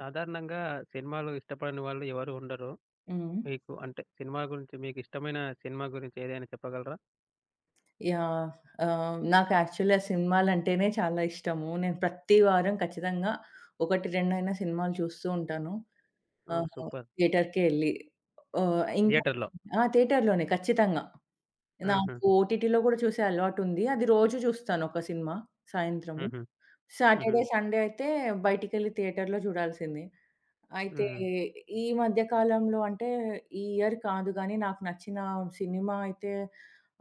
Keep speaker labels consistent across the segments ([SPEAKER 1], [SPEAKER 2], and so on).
[SPEAKER 1] సాధారణంగా సినిమాలు ఇష్టపడని వాళ్ళు ఎవరు ఉండరు.
[SPEAKER 2] హ్మ్.
[SPEAKER 1] మీకు అంటే సినిమా గురించి మీకిష్టమైన సినిమా గురించి ఏదైనా చెప్పగలరా?
[SPEAKER 2] యాహ్! నాకు యాక్చువల్లీ ఆ సినిమాలంటేనే చాలా ఇష్టము. నేను ప్రతి వారం ఖచ్చితంగా 1, 2 అయినా సినిమాలు చూస్తూ ఉంటాను.
[SPEAKER 1] ఓహ్!
[SPEAKER 2] ఆహ్,
[SPEAKER 1] సూపర్.
[SPEAKER 2] థియేటర్‌కే ఎళ్లి. ఆహ్, ఇంకా
[SPEAKER 1] థియేటర్‌లో.
[SPEAKER 2] ఆ! థియేటర్‌లోనే ఖచ్చితంగా.
[SPEAKER 1] ఆహా!
[SPEAKER 2] నాకు ఓటీటీలో కూడా చూసే అలవాటుంది. అది రోజు చూస్తాను ఒక సినిమా సాయంత్రము.
[SPEAKER 1] హుహు. హుహు.
[SPEAKER 2] సాటర్‌డే, సండే అయితే బయటికెళ్ళి థియేటర్‌లో చూడాల్సింది. అయితే
[SPEAKER 1] హుహు.
[SPEAKER 2] ఈ మధ్య కాలంలో అంటే ఈ ఇయర్ కాదు గానీ, నాకు నచ్చిన సినిమా అయితే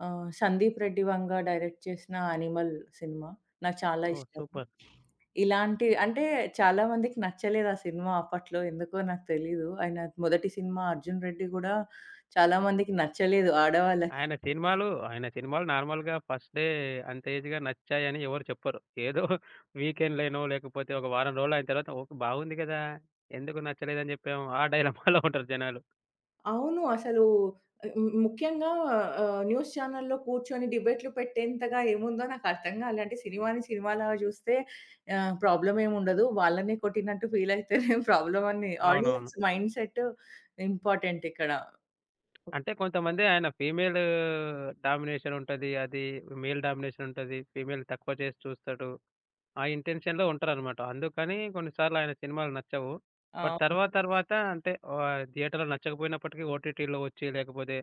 [SPEAKER 2] 'సందీప్ రెడ్డి వంగ' డైరెక్ట్ చేసిన 'యానిమల్' సినిమా. నాకు చాలా
[SPEAKER 1] ఓహ్!
[SPEAKER 2] ఇష్టం.
[SPEAKER 1] సూపర్.
[SPEAKER 2] ఇలాంటి అంటే చాలా మందికి నచ్చలేదు ఆ సినిమా అప్పట్లో ఎందుకో నాకు తెలీదు. ఆయన మొదటి సినిమా 'అర్జున్ రెడ్డి' గూడా చాలా మందికి నచ్చలేదు ఆడవాళ్ళకి.
[SPEAKER 1] ఆయన సినిమాలు, ఆయన సినిమాలు నార్మల్‌గా ఫస్ట్ డే అంత ఈజీగా నచ్చాయని ఎవరు చెప్పరు. ఏదో వీకెండ్‌లోనో లేకపోతే ఒక వారం రోజులు అయిన తర్వాత ఓకే. బాగుంది కదా! ఎందుకు నచ్చలేదని చెప్పాము. ఆ డైలమాలో ఉంటారు జనాలు.
[SPEAKER 2] అవును. అసలు హ్మ్. ముఖ్యంగా న్యూస్ ఛానెల్‌లో కూర్చొని డిబేట్‌లు పెట్టేంతగా ఏముందో నాకర్థం గాలే. అంటే సినిమాని సినిమాలాగా చూస్తే ప్రాబ్లమ్ ఏముండదు. వాళ్ళనే కొట్టినట్టు ఫీల్ అయితేనే ప్రాబ్లమ్ అని
[SPEAKER 1] అవునవును.
[SPEAKER 2] ఆడియన్స్ మైండ్‌సెట్ ఇంపార్టెంట్ ఇక్కడ.
[SPEAKER 1] అంటే కొంతమంది ఆయన ఫీమేల్ డామినేషన్ ఉంటది. అది మేల్ డామినేషన్ ఉంటది. ఫీమేల్ తక్కువ చేసి చూస్తాడు. ఆ ఇంటెన్షన్‌లో ఉంటారనమాట. అందుకని కొన్నిసార్లు ఆయన సినిమాలు నచ్చవు. బట్
[SPEAKER 2] అవును.
[SPEAKER 1] తర్వాత తర్వాత అంటే థియేటర్‌లో నచ్చకపోయినప్పటికీ ఓటీటీలో వచ్చి లేకపోతే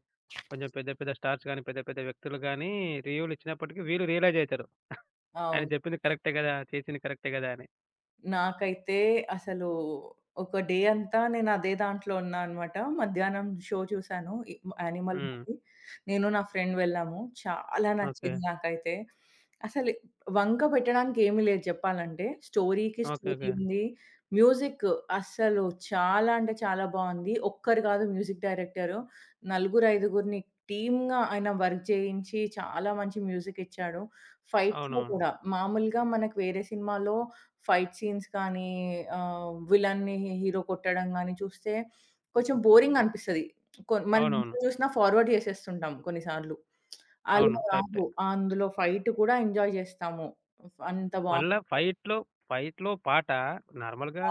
[SPEAKER 1] కొంచెం పెద్ద పెద్ద స్టార్స్ గాని, పెద్ద పెద్ద వ్యక్తులు గాని రివ్యూలు ఇచ్చినప్పటికీ వీళ్ళు రియలైజ్ అయితారు. ఆయన
[SPEAKER 2] అవును.
[SPEAKER 1] చెప్పింది కరెక్టే గదా! చేసింది కరెక్టే గదా! అని.
[SPEAKER 2] నాకైతే అసలు ఒక డే అంతా నేను అదే దాంట్లో ఉన్నా అనమాట. మధ్యాహ్నం షో చూసాను. 'యానిమల్'
[SPEAKER 1] హ్మ్.
[SPEAKER 2] మూవీ. నేను నా ఫ్రెండ్ వెళ్ళాము. చాలా
[SPEAKER 1] ఓకే.
[SPEAKER 2] నచ్చింది నాకైతే. అసలు వంక పెట్టడానికి ఏమీ లేదు చెప్పాలంటే. స్టోరీకి
[SPEAKER 1] ఓకే.
[SPEAKER 2] Story
[SPEAKER 1] okay.
[SPEAKER 2] ఉంది. మ్యూజిక్ అస్సలు చాలా అంటే చాలా బావుంది. ఒక్కరు కాదు మ్యూజిక్ డైరెక్టరు. నలుగురు, ఐదుగురిని టీమ్‌గా ఆయన వర్క్ చేయించి చాలా మంచి మ్యూజిక్ ఇచ్చాడు. ఫైట్స్‌లో
[SPEAKER 1] అవునవును.
[SPEAKER 2] కూడా మామూలుగా మనకు వేరే సినిమాలో ఫైట్ సీన్స్ కానీ, విలన్‌ని హీరో కొట్టడం గాని చూస్తే కొంచెం బోరింగ్ అనిపిస్తది. మనం ఎంత
[SPEAKER 1] అవునవును.
[SPEAKER 2] చూసినా ఫార్వర్డ్ చేసేస్తుంటాం కొన్నిసార్లు. అలా
[SPEAKER 1] అవును.
[SPEAKER 2] కాదు.
[SPEAKER 1] కరెక్టే.
[SPEAKER 2] అందులో ఫైట్ కూడా ఎంజాయ్ చేస్తాము. అంత బావుం
[SPEAKER 1] మళ్ళా ఫైట్‌లో పాట నార్మల్‌గా
[SPEAKER 2] ఆ!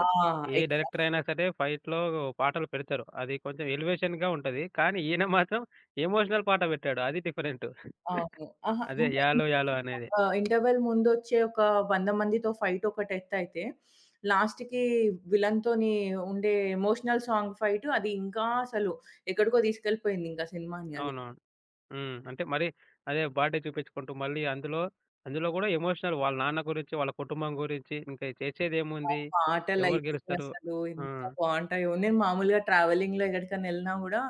[SPEAKER 1] ఏ డైరెక్టర్
[SPEAKER 2] ఎగ్జాక్ట్.
[SPEAKER 1] అయినా సరే ఫైట్‌లో పాటలు పెడతారు. అది కొంచెం ఎలివేషన్‌గా ఉంటది. కానీ ఈయన మాత్రం ఎమోషనల్ పాట పెట్టాడు. అది డిఫరెంటు.
[SPEAKER 2] అవును. అహా!
[SPEAKER 1] అదే
[SPEAKER 2] అంటే
[SPEAKER 1] 'యాలో యాలో' అనేది.
[SPEAKER 2] ఇంటర్వల్ ముందొచ్చే ఒక 100 మందితో ఫైట్ ఒకటి ఎత్తయితే, లాస్ట్‌కి విలన్‌తోని ఉండే ఎమోషనల్ సాంగ్ ఫైట్ అది ఇంకా అసలు ఎక్కడికో తీసుకెళ్ళిపోయింది ఇంకా సినిమాని అది.
[SPEAKER 1] అవునవును. హ్మ్. అంటే మరి అదే బాడీ చూపించుకుంటూ మళ్ళీ అందులో కూడా ఎమోషనల్ వాళ్ళ నాన్న గురించి, వాళ్ళ కుటుంబం గురించి ఇంకా
[SPEAKER 2] ఆ
[SPEAKER 1] చేసేదేముంది? ఎవరు
[SPEAKER 2] పాటలైతే
[SPEAKER 1] గెలుస్తారు?
[SPEAKER 2] అసలు
[SPEAKER 1] ఆ!
[SPEAKER 2] ఎంత బావుంటాయో. నేను మామూలుగా ట్రావెలింగ్‌లో ఎక్కడికైనా ఎళ్ళినా గూడా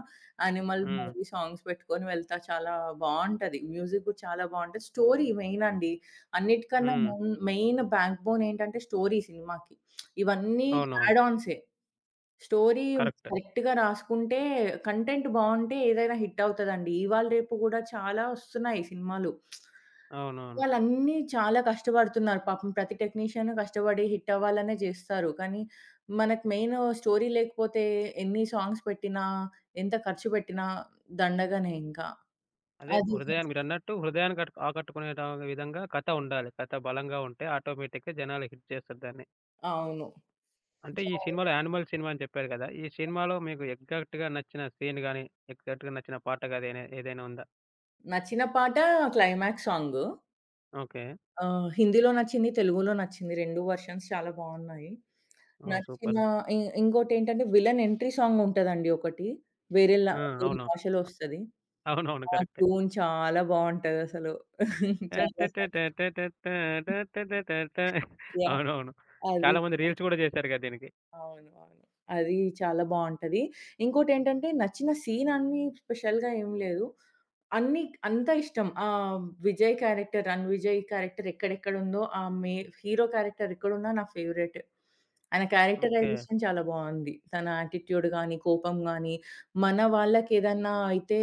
[SPEAKER 2] 'యానిమల్'
[SPEAKER 1] హ్మ్.
[SPEAKER 2] మూవీ సాంగ్స్ పెట్టుకొని వెళ్తా. చాలా బావుంటది. మ్యూజిక్ గూడా చాలా బావుంటది. స్టోరీ మెయిన్ అండి. అన్నిటికన్నా
[SPEAKER 1] హ్మ్.
[SPEAKER 2] మెయిన్ మెయిన్ బ్యాక్ బోన్ ఏంటంటే స్టోరీ సినిమాకి. ఇవన్నీ
[SPEAKER 1] అవునవును.
[SPEAKER 2] యాడ్ ఆన్సే. Story
[SPEAKER 1] correct.
[SPEAKER 2] కరెక్ట్‌గా రాసుకుంటే కంటెంట్ బావుంటే ఏదైనా హిట్ అవుతదండి. ఇవాళ రేపు గూడా చాలా వస్తున్నాయి సినిమాలు.
[SPEAKER 1] అవునవును.
[SPEAKER 2] వాళ్ళన్నీ చాలా కష్టపడుతున్నారు. పాపం ప్రతి టెక్నీషియన్ కష్టపడి హిట్ అవ్వాలనే జేస్తారు. కానీ, మనకు మెయిన్ స్టోరీ లేకపోతే ఎన్ని సాంగ్స్ పెట్టినా, ఎంత ఖర్చు పెట్టినా దండగనే ఇంకా.
[SPEAKER 1] అదే
[SPEAKER 2] అది
[SPEAKER 1] హృదయాన్ని మీరన్నట్టు హృదయాన్ని ఆకట్టుకునే ట విధంగా కథ ఉండాలి. కథ బలంగా ఉంటే ఆటోమేటిక్‌గా జనాలు హిట్ చేస్తారు దాన్ని.
[SPEAKER 2] అవును.
[SPEAKER 1] అంటే
[SPEAKER 2] సో,
[SPEAKER 1] ఈ సినిమాలో 'యానిమల్' సినిమా అని చెప్పారు కదా! ఈ సినిమాలో మీకు ఎగ్జాక్ట్‌గా నచ్చిన సీన్ గాని, ఎగ్జాక్ట్‌గా నచ్చిన పాట గాని ఏదైనా ఏదైనా ఉందా?
[SPEAKER 2] నచ్చిన పాట క్లైమాక్స్ సాంగు.
[SPEAKER 1] ఓకే.
[SPEAKER 2] హిందీలో నచ్చింది, తెలుగులో నచ్చింది. 2 వెర్షన్స్ చాలా బావున్నాయి.
[SPEAKER 1] ఓహ్!
[SPEAKER 2] నచ్చిన
[SPEAKER 1] సూపర్.
[SPEAKER 2] ఇ ఇంకోటేంటంటే, విలన్ ఎంట్రీ సాంగ్ ఉంటదండి ఒకటి. వేరే లా
[SPEAKER 1] ఆ!
[SPEAKER 2] వేరే
[SPEAKER 1] అవును.
[SPEAKER 2] భాషలో ఒస్తది.
[SPEAKER 1] అవునవును.
[SPEAKER 2] ఆ
[SPEAKER 1] కరెక్టే.
[SPEAKER 2] ట్యూన్ చాలా బావుంటదసలు. చాలా సాఫ్ట్‌గా
[SPEAKER 1] అవునవును.
[SPEAKER 2] అది.
[SPEAKER 1] చాలా మంది రీల్స్ కూడా చేశారుగా దీనికి.
[SPEAKER 2] అవును. అవును. అది చాలా బావుంటది. ఇంకోటేంటంటే నచ్చిన సీన్ అని స్పెషల్‌గా ఏం లేదు. అన్నీ అంతా ఇష్టం. విజయ్ క్యారెక్టర్ 'రణ్‌విజయ్' క్యారెక్టర్ ఎక్కడెక్కడుందో ఆ మే హీరో క్యారెక్టర్ ఎక్కడున్నా నా ఫేవరెట్. ఆయన
[SPEAKER 1] ఓకే.
[SPEAKER 2] క్యారెక్టరైజేషన్ చాలా బావుంది. తన యాటిట్యూడ్ గాని, కోపం గాని, మన వాళ్ళకేదన్నా అయితే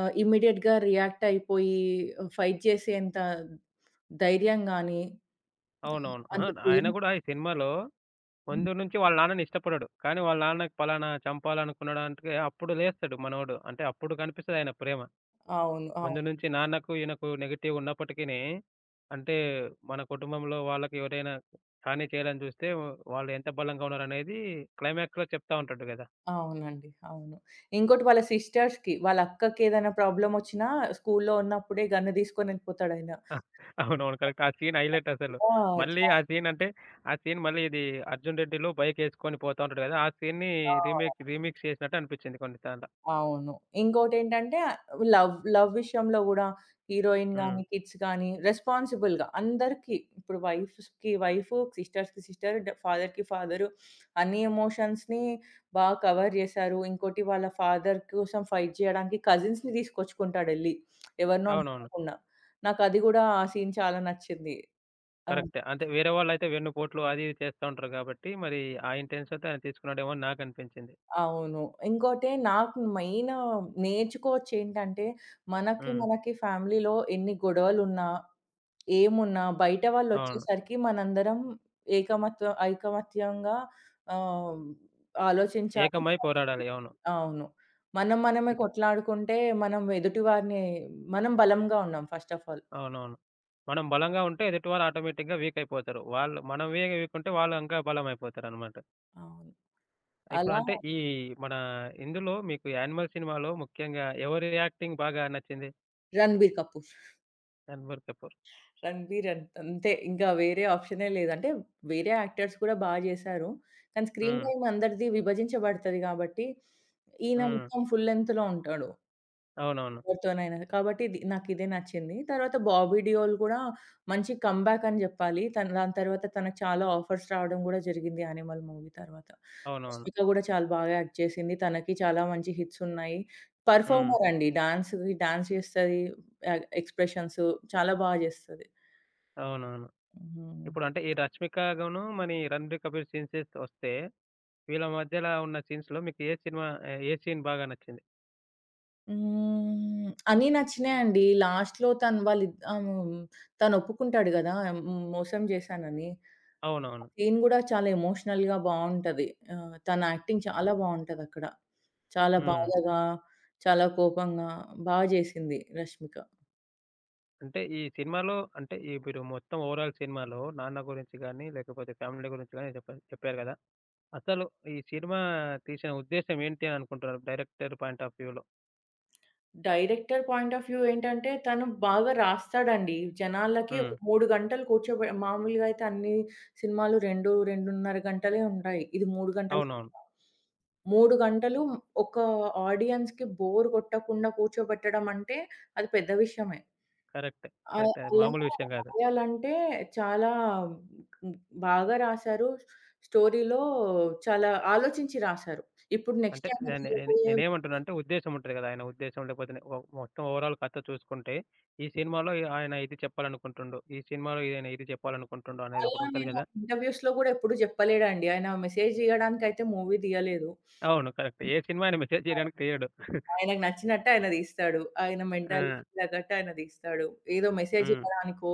[SPEAKER 2] ఇమ్మీడియేట్‌గా రియాక్ట్ అయిపోయి ఫైట్ చేసేంత ధైర్యం గాని,
[SPEAKER 1] అవునవును.
[SPEAKER 2] అంత
[SPEAKER 1] అహా!
[SPEAKER 2] ప్రేమ.
[SPEAKER 1] ఆయన కూడా ఈ సినిమాలో ముందు నుంచి వాళ్ళ నాన్నని ఇష్టపడడు. కానీ వాళ్ళ నాన్నకి పలానా చంపాలనుకున్నాడంటే అప్పుడు లేస్తాడు మనోడు. అంటే అప్పుడు కనిపిస్తది ఆయన ప్రేమ.
[SPEAKER 2] అవును. అవును.
[SPEAKER 1] ముందు నుంచి నాన్నకు, ఈయనకు నెగెటివ్ ఉన్నప్పటికిని అంటే మన కుటుంబంలో వాళ్ళకి ఎవరైనా హాని చేయాలని చూస్తే వాళ్ళు ఎంత బలంగా ఉన్నారనేది క్లైమాక్స్‌లో చెప్తా ఉంటాడు కదా!
[SPEAKER 2] అవునండి. అవును. ఇంకోటి వాళ్ళ సిస్టర్స్‌కి, వాళ్ళ అక్కకి ఏదైనా ప్రాబ్లమ్ ఒచ్చినా స్కూల్లో ఉన్నప్పుడే గన్ను తీసుకొని ఎళ్ళిపోతాడాయన.
[SPEAKER 1] అవునవును. కరెక్ట్. ఆ సీన్ హైలైట్ అసలు.
[SPEAKER 2] ఆ!
[SPEAKER 1] మళ్ళీ
[SPEAKER 2] చా
[SPEAKER 1] ఆ సీన్ అంటే ఆ సీన్ మళ్ళీ ఇది 'అర్జున్ రెడ్డిలో' బైక్ ఏసుకొని పోతా ఉంటాడు కదా! ఆ సీన్‌ని
[SPEAKER 2] ఆ!
[SPEAKER 1] రీమేక్ రీమిక్స్ చేసినట్టు అనిపించింది కొన్ని సార్లు.
[SPEAKER 2] అవును. ఇంకోటేంటంటే లవ్ విషయంలో గూడా హీరోయిన్
[SPEAKER 1] హ్మ్.
[SPEAKER 2] గాని, కిడ్స్ గాని రెస్పాన్సిబుల్‌గా అందరికీ ఇప్పుడు వైఫ్స్‌కి వైఫు, సిస్టర్స్‌కి సిస్టర్, ఫాదర్‌కి ఫాదరు అన్ని ఎమోషన్స్‌ని బాగా కవర్ జేశారు. ఇంకోటి వాళ్ళ ఫాదర్ కోసం ఫైట్ జేయడానికి కజిన్స్‌ని తీసుకొచ్చుకుంటాడెళ్లి. ఎవరినో
[SPEAKER 1] అవునవును.
[SPEAKER 2] నమ్మకుండా. నాకది గూడా ఆ సీన్ చాలా నచ్చింది. ఆ!
[SPEAKER 1] కరెక్టే. అంటే వేరే వాళ్ళైతే వెన్నుపోట్లు అది ఇది చేస్తా ఉంటారు కాబట్టి, మరి ఆ ఇంటెన్షన్‌తో ఆయన తీసుకున్నాడేమో అని నాకనిపించింది.
[SPEAKER 2] అవును. ఇంకోటి నాకు మెయిన్ నేర్చుకోవచ్చేంటంటే మనకి,
[SPEAKER 1] హ్మ్.
[SPEAKER 2] మనకి ఫ్యామిలీలో ఎన్ని గొడవలున్నా ఏమున్నా బయట
[SPEAKER 1] అవును.
[SPEAKER 2] వాళ్ళొచ్చేసరికి మనందరం ఐకమత్యంగా ఆహ్, ఆలోచించాలి.
[SPEAKER 1] ఏకమై పోరాడాలి. అవును.
[SPEAKER 2] అవును. మనం మనమే
[SPEAKER 1] ఇప్
[SPEAKER 2] కొట్లాడుకుంటే మనం ఎదుటి వారిని మనం బలంగా ఉన్నాం ఫస్ట్ ఆఫ్ ఆల్.
[SPEAKER 1] అవునవును. మనం బలంగా ఉంటే ఎదుటివారు ఆటోమేటిక్‌గా వీక్ అయిపోతారు. వాళ్ళు మనమే వీక్ ఉంటే వాళ్ళు ఇంకా బలమైపోతారనమాట.
[SPEAKER 2] అవును.
[SPEAKER 1] ఇప్పుడు
[SPEAKER 2] అలా
[SPEAKER 1] అంటే ఈ మన ఇందులో మీకు 'యానిమల్' సినిమాలో ముఖ్యంగా ఎవరి యాక్టింగ్ బాగా నచ్చింది?
[SPEAKER 2] 'రణబీర్ కపూర్.'
[SPEAKER 1] 'రణబీర్ కపూర్.'
[SPEAKER 2] రణబీర్ అంతే. ఇంకా వేరే ఆప్షనే లేదు. అంటే వేరే యాక్టర్స్ కూడా జేశారు. కానీ స్క్రీన్
[SPEAKER 1] హ్మ్.
[SPEAKER 2] టైమ్ అందరిది విభజించబడతది గాబట్టి, ఈయన
[SPEAKER 1] హ్మ్.
[SPEAKER 2] మొత్తం ఫుల్ లెంగ్త్‌లో ఉంటాడు.
[SPEAKER 1] అవునవును.
[SPEAKER 2] ఎవరితోనైనా. కాబట్టి ఇది నాకిదే నచ్చింది. తర్వాత 'బాబీ డియోల్' కూడా మంచి కమ్‌బ్యాక్ అని జెప్పాలి. తను దాని తర్వాత తనకు చాలా ఆఫర్స్ రావడం గూడా జరిగింది 'యానిమల్' మూవీ తర్వాత.
[SPEAKER 1] అవునవును.
[SPEAKER 2] రష్మిక గూడా చాలా బాగా యాక్ట్ చేసింది. తనకి చాలా మంచి హిట్స్ ఉన్నాయి.
[SPEAKER 1] హ్మ్.
[SPEAKER 2] పెర్ఫార్మర్ అండి. డాన్స్‌కి డాన్స్ చేస్తది. ఎక్స్‌ప్రెషన్స్ చాలా బాగా జేస్తది.
[SPEAKER 1] అవునవును.
[SPEAKER 2] హ్మ్.
[SPEAKER 1] ఇప్పుడు అంటే ఈ 'రష్మిక' గాను, మరి 'రణబీర్ కపూర్' సీన్స్ వస్తే వీళ్ళ మధ్యలా ఉన్న సీన్స్‌లో మీకు ఏ సినిమా ఏ సీన్ బాగా నచ్చింది?
[SPEAKER 2] హ్మ్. అన్నీ నచ్చినాయండి. లాస్ట్‌లో హ్మ్. తను ఒప్పుకుంటాడు గదా! హ్మ్. మోసం జేశానని.
[SPEAKER 1] అవునవును.
[SPEAKER 2] సీన్ గూడా చాలా ఎమోషనల్‌గా బావుంటది. తన యాక్టింగ్ చాలా బావుంటదక్కడ. చాలా
[SPEAKER 1] హ్మ్.
[SPEAKER 2] బాధగా, చాలా కోపంగా జేసింది రష్మిక.
[SPEAKER 1] అంటే ఈ సినిమాలో అంటే ఈ మీరు మొత్తం ఓవరాల్ సినిమాలో నాన్న గురించి గాని, లేకపోతే ఫ్యామిలీ గురించి గాని చెప్పారు చెప్పారు గదా! అసలు ఈ సినిమా తీసిన ఉద్దేశ్యం ఏంటి అని అనుకుంటున్నారు డైరెక్టర్ పాయింట్ ఆఫ్ వ్యూలో?
[SPEAKER 2] డైరెక్టర్ పాయింట్ ఆఫ్ వ్యూ ఏంటంటే, తను బాగా రాస్తాడండి. జనాలకి ఒక
[SPEAKER 1] హ్మ్.
[SPEAKER 2] 3 గంటలు మామూలుగా అయితే అన్ని సినిమాలు 2, 2:30 గంటలే ఉంటాయి. ఇది 3 గంటల
[SPEAKER 1] అవునవును.
[SPEAKER 2] సినిమా. 3 గంటలు ఒక ఆడియన్స్‌కి బోర్ కొట్టకుండా కూర్చోబెట్టడం అంటే, అది పెద్ద విషయమే.
[SPEAKER 1] కరెక్టే. కరెక్టే. అది
[SPEAKER 2] అలా
[SPEAKER 1] మామూలు విషయం గాదు.
[SPEAKER 2] రాయాలంటే చాలా బాగా రాశారు. స్టోరీలో చాలా ఆలోచించి రాశారు. ఇప్పుడు నెక్స్ట్
[SPEAKER 1] అంటే
[SPEAKER 2] ఆయన
[SPEAKER 1] దాన్ని నేను
[SPEAKER 2] తీయబోయే
[SPEAKER 1] నేనేమంటున్నా అంటే ఉద్దేశ్యం ఉంటది గదా! ఆయన ఉద్దేశ్యం లేకపోతే ఓ మొత్తం ఓవరాల్ కథ చూసుకుంటే, ఈ సినిమాలో ఆయన ఇది చెప్పాలనుకుంటుండు, ఈ సినిమాలో ఈయన ఇది చెప్పాలనుకుంటుండు అనేది
[SPEAKER 2] అలా
[SPEAKER 1] ఒకటుంటది
[SPEAKER 2] నేను
[SPEAKER 1] గదా!
[SPEAKER 2] ఇంటర్‌వ్యూస్‌లో గూడా ఎప్పుడు చెప్పలేడండి. ఆయన మెసేజ్ తీయడానికైతే మూవీ తీయలేదు.
[SPEAKER 1] అవును. కరెక్ట్. ఏ సినిమా అయినా మెసేజ్
[SPEAKER 2] అవును.
[SPEAKER 1] చేయడానికి తీయడు.
[SPEAKER 2] ఆయనకు నచ్చినట్టు ఆయన తీస్తాడు. ఆయన
[SPEAKER 1] ఆ!
[SPEAKER 2] మెంటాలిటీకి తగ్గట్టు ఆయన తీస్తాడు. ఏదో మెసేజ్
[SPEAKER 1] హ్మ్.
[SPEAKER 2] ఇవ్వడానికో,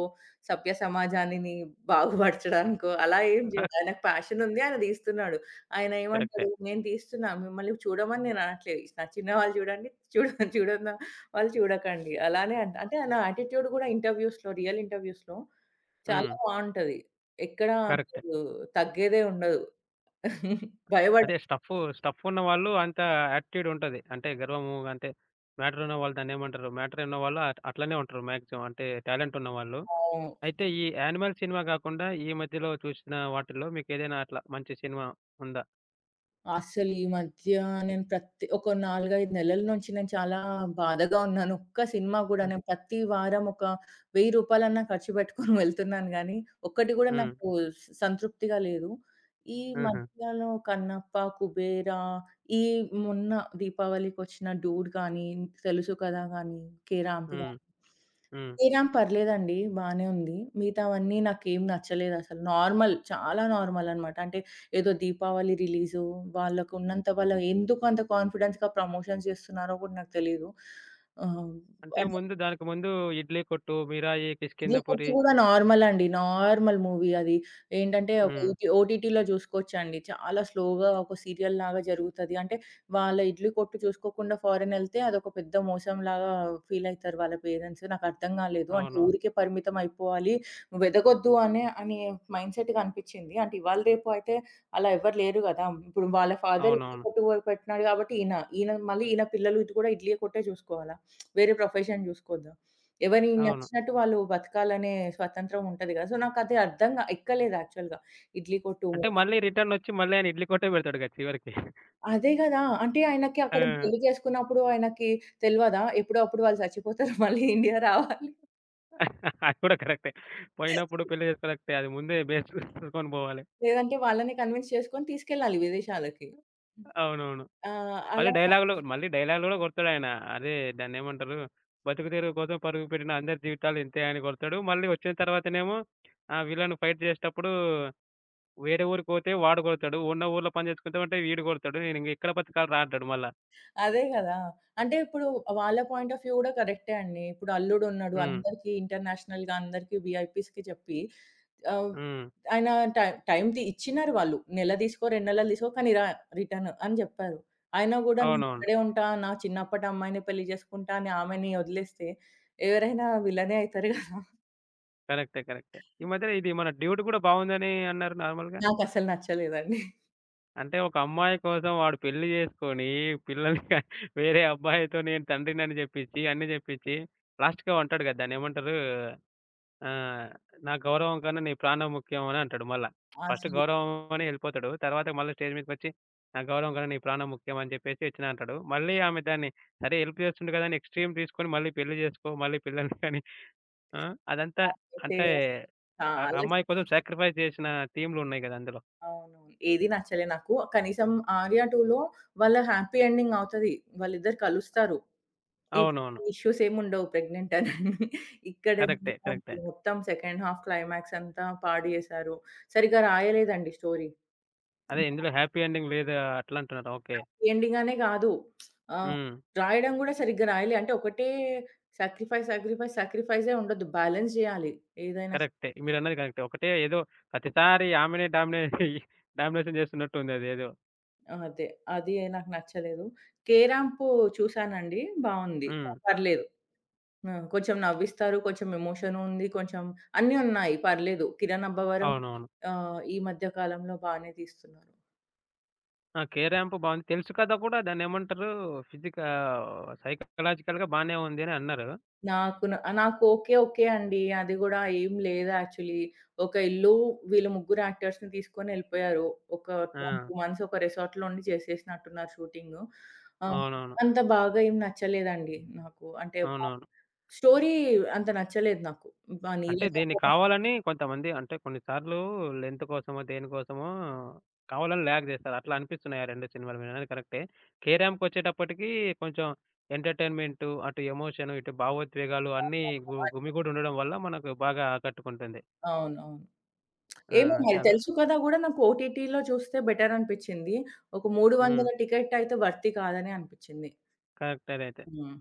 [SPEAKER 2] సభ్య సమాజానిని బాగుపరచడానికో అలా ఏం
[SPEAKER 1] ఆ!
[SPEAKER 2] చేయడు. ఆయనకు ప్యాషన్ ఉంది. ఆయన తీస్తున్నాడు. ఆయన
[SPEAKER 1] కరెక్టే.
[SPEAKER 2] ఏమంటాడు, "నేను తీస్తున్నా. మిమ్మల్ని చూడమని నేను అనట్లేదు. నచ్చిన వాళ్ళు చూడండి. చూడన వాళ్ళు చూడకండి." అలానే అంటే ఆయన యాటిట్యూడ్ గూడా రియల్ ఇంటర్‌వ్యూస్‌లో చాలా
[SPEAKER 1] హ్మ్.
[SPEAKER 2] బావుంటది. ఎక్కడ
[SPEAKER 1] కరెక్టే.
[SPEAKER 2] అసలు తగ్గేదే ఉండదు. భయపడ
[SPEAKER 1] అదే స్టఫు స్టఫున్న వాళ్ళు అంత యాటిట్యూడ్ ఉంటది. అంటే గర్వము అంటే మ్యాటర్ ఉన్నవాళ్ళు దాన్నేమంటారు? మ్యాటర్ ఉన్నవాళ్ళు అట్లనే ఉంటారు మాక్సిమం. అంటే టాలెంట్ ఉన్నవాళ్ళు.
[SPEAKER 2] అవును.
[SPEAKER 1] అయితే ఈ 'యానిమల్' సినిమా కాకుండా ఈ మధ్యలో చూసిన వాటిల్లో మీకేదైనా అట్లా మంచి సినిమా ఉందా?
[SPEAKER 2] అస్సలు ఈ మధ్య నేను ప్రతి ఒక 4, 5 నెలల నుంచి నేను చాలా బాధగా ఉన్నాను. ఒక్క సినిమా గూడా
[SPEAKER 1] ఆ!
[SPEAKER 2] నేను ప్రతి వారం ఒక రూ. 1000 ఖర్చు పెట్టుకొని వెళ్తున్నాను గానీ, ఒక్కటి గూడా
[SPEAKER 1] హ్మ్.
[SPEAKER 2] నాకు సంతృప్తిగా లేదు. ఈ
[SPEAKER 1] హుహు.
[SPEAKER 2] మధ్యలో 'కన్నప్ప', 'కుబేరా' ఈ మొన్న దీపావళికొచ్చిన 'డూడ్' గానీ, 'తెలుసు కదా' గానీ, 'కే. ర్యాంప్'
[SPEAKER 1] హ్మ్.
[SPEAKER 2] గానీ
[SPEAKER 1] హ్మ్.
[SPEAKER 2] శ్రీరామ్ పర్లేదండి. బానే ఉంది. మిగతావన్నీ నాకేం నచ్చలేదసలు. నార్మల్ చాలా నార్మల్ అనమాట. అంటే ఏదో దీపావళి రిలీజు, వాళ్ళకున్నంత వాళ్ళ ఎందుకు అంత కాన్ఫిడెన్స్‌గా ప్రమోషన్స్ చేస్తున్నారో కూడా నాకు తెలీదు. ఆహ్,
[SPEAKER 1] అంటే
[SPEAKER 2] అన్
[SPEAKER 1] ముందు దానికి ముందు 'ఇడ్లీ కొట్టు', 'మిరాయి',
[SPEAKER 2] 'ఇడ్లీ కొట్టు'
[SPEAKER 1] 'కిష్కింధపురి'.
[SPEAKER 2] గూడా నార్మల్ అండి. నార్మల్ మూవీ అది. ఏంటంటే ఒక
[SPEAKER 1] హ్మ్.
[SPEAKER 2] ఓటీటీలో చూసుకోవచ్చండి. చాలా స్లోగా ఒక సీరియల్ లాగా జరుగుతది. అంటే వాళ్ళ ఇడ్లీ కొట్టు చూసుకోకుండా ఫారెన్ ఎళ్తే అదొక పెద్ద మోసంలాగా ఫీల్ అయితారు వాళ్ళ పేరెంట్స్. నాకర్థం కాలేదు. అంటే
[SPEAKER 1] అవునవును.
[SPEAKER 2] ఊరికే పరిమితం అయిపోవాలి. వెదగొద్దు అనే అనే మైండ్‌సెట్ కనిపించింది. అంటే ఇవాళ రేపు అయితే అలా ఎవ్వరు లేరు గదా! ఇప్పుడు వాళ్ళ ఫాదర్ ఇడ్లీ
[SPEAKER 1] అవునవును.
[SPEAKER 2] కొట్టు పెట్టినాడు కాబట్టి ఈయన మళ్ళీ ఈయన పిల్లలు ఇది కూడా ఇడ్లీ కొట్టే చూసుకోవాలా? వేరే ప్రొఫెషన్ చూసుకోవద్దా? ఎవరి
[SPEAKER 1] అవును.
[SPEAKER 2] నచ్చినట్టు వాళ్ళు బతకాలనే స్వతంత్రం ఉంటది కదా! సో, నాకది అర్థం గా ఎక్కలేదు యాక్చువల్‌గా. 'ఇడ్లీ కొట్టు'
[SPEAKER 1] అంటే
[SPEAKER 2] మూవీ.
[SPEAKER 1] మళ్ళీ రిటర్నొచ్చి మళ్ళీ ఆయన ఇడ్లీ కొట్టే పెడతాడుగా చివరికి.
[SPEAKER 2] అదే గదా! అంటే ఆయనకి
[SPEAKER 1] ఆ!
[SPEAKER 2] అక్కడ పెళ్లి చేసుకున్నప్పుడు ఆయనకి తెలవదా? ఎప్పుడో అప్పుడు వాళ్ళు చచ్చిపోతారు. మళ్ళీ ఇండియా రావాలి.
[SPEAKER 1] అది కూడా కరెక్టే. పోయినప్పుడు పెళ్లి చేసుకోలేకపోతే అది ముందే బేస్ చూసుకొని పోవాలి.
[SPEAKER 2] లేదంటే వాళ్ళని కన్విన్స్ చేసుకొని తీసుకెళ్ళాలి విదేశాలకి.
[SPEAKER 1] అవునవును.
[SPEAKER 2] ఆ! అలా
[SPEAKER 1] మళ్ళీ డైలాగులు కూడా కొడతాడాయన. అదే దాన్నేమంటారు? బతుకుదెరువు కోసం పరుగు పెట్టిన అందరి జీవితాలు ఇంతే అని కొడతాడు. మళ్ళీ వచ్చిన తర్వాతనేమో ఆ విలన్ ఫైట్ చేసేటప్పుడు వేరే ఊరికి పోతే వాడు కొడతాడు. ఉన్న ఊర్లో పని చేసుకుంటామంటే వీడు కొడతాడు. నేనింక ఎక్కడ బతకాలిరా అంటాడు మళ్ళా.
[SPEAKER 2] అదే కదా! అంటే ఇప్పుడు వాళ్ళ పాయింట్ ఆఫ్ వ్యూ కూడా కరెక్టే అండి. ఇప్పుడు అల్లుడున్నాడు
[SPEAKER 1] హ్మ్.
[SPEAKER 2] అందరికీ ఇంటర్నేషనల్‌గా అందరికీ వీఐపీస్‌కి చెప్పి ఆహ్,
[SPEAKER 1] హ్మ్.
[SPEAKER 2] ఆయన టైమ్ ఇచ్చినారు వాళ్ళు. నెల తీసుకో, 2 నెలలు తీసుకో కానీ రిటర్న్ అని చెప్పారు. అయినా కూడా నేను
[SPEAKER 1] అవునవును.
[SPEAKER 2] ఇక్కడే ఉంటా, నా చిన్నప్పటి అమ్మాయిని పెళ్లి చేసుకుంటా అని ఆమెని వదిలేస్తే ఎవరైనా వీళ్ళనే అయితారు కదా!
[SPEAKER 1] కరెక్టే. కరెక్టే. ఈ మధ్యన ఇది మన 'డ్యూడ్' కూడా బావుందని అన్నారు నార్మల్‌గా.
[SPEAKER 2] నాకసలు నచ్చలేదండి.
[SPEAKER 1] అంటే ఒక అమ్మాయి కోసం వాడు పెళ్లి చేసుకొని, పిల్లల్ని వేరే అబ్బాయితో నేను తండ్రినని జెప్పించి, అన్నీ జెప్పించి, లాస్ట్‌కి అంటాడు గదా! దాన్నేమంటారు? ఆహ్, "నా గౌరవం కన్నా నీ ప్రాణం ముఖ్యం" అని అంటాడు మళ్ళా. ఫస్ట్
[SPEAKER 2] అసలు
[SPEAKER 1] గౌరవం అని ఎళ్ళిపోతాడు. తర్వాత మళ్ళీ స్టేజ్ మీదకొచ్చి, "నా గౌరవం కన్నా నీ ప్రాణం ముఖ్యం" అని జెప్పేసి ఇచ్చినా అంటాడు. మళ్ళీ ఆమె దాన్ని సరే హెల్ప్ చేస్తుండు గదా! అని ఎక్స్‌ట్రీమ్ తీసుకొని మళ్ళీ పెళ్లి జేసుకో, మళ్ళీ పిల్లల్ని కని ఆ! అదంతా
[SPEAKER 2] నాకైతే
[SPEAKER 1] అంటే
[SPEAKER 2] అసలు
[SPEAKER 1] ఆ
[SPEAKER 2] చాలా.
[SPEAKER 1] అమ్మాయి కోసం సాక్రిఫైస్ జేసిన థీమ్‌లున్నాయి గదా! అందులో.
[SPEAKER 2] అవునవును. ఏది నచ్చలే నాకు. కనీసం 'ఆర్య 2లో' వాళ్ళ హ్యాపీ ఎండింగ్ అవుతది. వాళ్ళిద్దరు కలుస్తారు. ఈ
[SPEAKER 1] అవునవును.
[SPEAKER 2] ఇష్యూస్ ఏముండవు ప్రెగ్నెంట్ అని.
[SPEAKER 1] కరెక్టే.
[SPEAKER 2] ఇక్కడేమో
[SPEAKER 1] కరెక్టే.
[SPEAKER 2] మొత్తం సెకండ్ హాఫ్ క్లైమాక్స్ అంతా పాడు చేశారు. సరిగ్గా రాయలేదండి స్టోరీ.
[SPEAKER 1] అదే ఇందులో హ్యాపీ ఎండింగ్ లేదు అట్లా అంటున్నారు. ఓకే.
[SPEAKER 2] హ్యాపీ ఎండింగ్ అనే కాదు. ఆహ్,
[SPEAKER 1] హ్మ్.
[SPEAKER 2] రాయడం కూడా సరిగ్గా రాయలే. అంటే ఒకటే సాక్రిఫైస్, సాక్రిఫైస్, సాక్రిఫైసే ఉండొద్దు. బ్యాలెన్స్ చేయాలి ఏదైనా సరే.
[SPEAKER 1] కరెక్టే. మీరన్నది కరెక్టే. ఒకటే ఏదో ప్రతిసారి ఆమెనే డామినేట్ డామినేషన్ చేస్తున్నట్టుంది అదేదో.
[SPEAKER 2] అదే. అది నాకు నచ్చలేదు. 'కే రంప్' చూసానండి. బావుంది.
[SPEAKER 1] హ్మ్.
[SPEAKER 2] పర్లేదు. ఆ! కొంచెం నవ్విస్తారు. కొంచెం ఎమోషన్ ఉంది. కొంచెం అన్నీ ఉన్నాయి. పర్లేదు. 'కిరణ్ అబ్బవరం'
[SPEAKER 1] అవునవును.
[SPEAKER 2] ఈ మధ్య కాలంలో బానే తీస్తున్నారు.
[SPEAKER 1] ఆ! 'కే ర్యాంప్' బావుంది. తెలుసు కథ కూడా దాన్నేమంటారు ఫిజికా సైకలాజికల్‌గా బానే ఉంది అని అన్నారు.
[SPEAKER 2] నాకు ఓకే. ఓకే అండి. అది గూడా ఏం లేదు యాక్చువల్లీ. ఒక ఇల్లు వీళ్ళు ముగ్గురు యాక్టర్స్‌ని తీసుకొని ఎళ్ళిపోయారు. ఒక
[SPEAKER 1] ఆ!
[SPEAKER 2] 1, 2 మంత్స్ ఒక రిసార్ట్‌లో ఉండి చేసేసినట్టున్నారు షూటింగ్. ఆహ్,
[SPEAKER 1] అవునవును.
[SPEAKER 2] అంత బాగా ఏం నచ్చలేదండి నాకు. అంటే
[SPEAKER 1] అవునవును.
[SPEAKER 2] స్టోరీ అంత నచ్చలేదు నాకు.
[SPEAKER 1] అంటే
[SPEAKER 2] నీరజ
[SPEAKER 1] దీన్ని కావాలని కొంతమంది అంటే కొన్ని సార్లు లెంత్ కోసమో, దేనికోసమో కావాలని ల్యాగ్ చేస్తారు. అట్లా అనిపిస్తున్నాయి ఆ 2 సినిమాలు. మీరన్నది కరెక్టే. కేరామ్‌కొచ్చేటప్పటికి కొంచెం ఎంటర్‌టైన్‌మెంటు, అటు ఎమోషన్, ఇటు భావోద్వేగాలు అన్నీ గుమిగూడి ఉండడం వల్ల మనకు బాగా ఆకట్టుకుంటుంది.
[SPEAKER 2] అవునవును.
[SPEAKER 1] ఆ!
[SPEAKER 2] ఏమో మరి
[SPEAKER 1] చాలా.
[SPEAKER 2] తెలుసు కదా గూడా నాకు ఓటీటీలో చూస్తే బెటర్ అనిపిచ్చింది. ఒక
[SPEAKER 1] హ్మ్.
[SPEAKER 2] 300 టికెట్ అయితే వర్తీ కాదని అనిపిచ్చింది.
[SPEAKER 1] కరెక్ట్ అదైతే.
[SPEAKER 2] హ్మ్.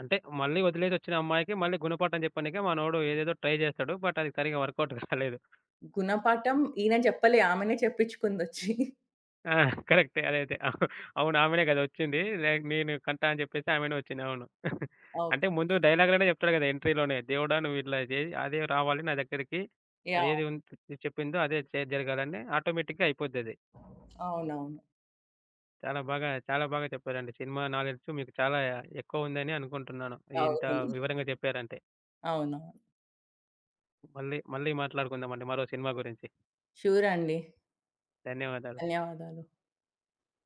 [SPEAKER 1] అంటే మళ్ళీ వదిలేసొచ్చిన అమ్మాయికి మళ్ళీ గుణపాఠం చెప్పనీకే మనోడు ఏదేదో ట్రై చేస్తాడు. బట్ అది సరిగ్గా వర్కౌట్ కాలేదు.
[SPEAKER 2] గుణపాఠం ఈయన చెప్పలే ఆమెనే చెప్పించుకుందొచ్చి.
[SPEAKER 1] ఆ! కరెక్టే. అదైతే. అవును. ఆమెనే గదా! వచ్చింది. లైక్ నేను కంటా అని జెప్పేసి ఆమెనే వచ్చింది. అవును.
[SPEAKER 2] ఓకే.
[SPEAKER 1] అంటే ముందు డైలాగ్‌లోనే జెప్తాడు గదా! ఎంట్రీలోనే. దేవుడా నువ్వు ఇట్లా జేయి అదే రావాలి నా దగ్గరికి.
[SPEAKER 2] యాహ్!
[SPEAKER 1] అదేది చెప్పిందో అదే జరగాలని ఆటోమేటిక్‌గా అయిపోద్దది.
[SPEAKER 2] అవునవును.
[SPEAKER 1] చాలా బాగా, చాలా బాగా చెప్పారండి. సినిమా నాలెడ్జ్ మీకు చాలా ఎక్కువుందని అనుకుంటున్నాను. ఇంత
[SPEAKER 2] అవును.
[SPEAKER 1] వివరంగా చెప్పారంటే.
[SPEAKER 2] అవునవును.
[SPEAKER 1] మళ్ళీ మళ్ళీ మాట్లాడుకుందామండి మరో సినిమా గురించి.
[SPEAKER 2] షూర్ అండి.
[SPEAKER 1] ధన్యవాదాలు.
[SPEAKER 2] ధన్యవాదాలు.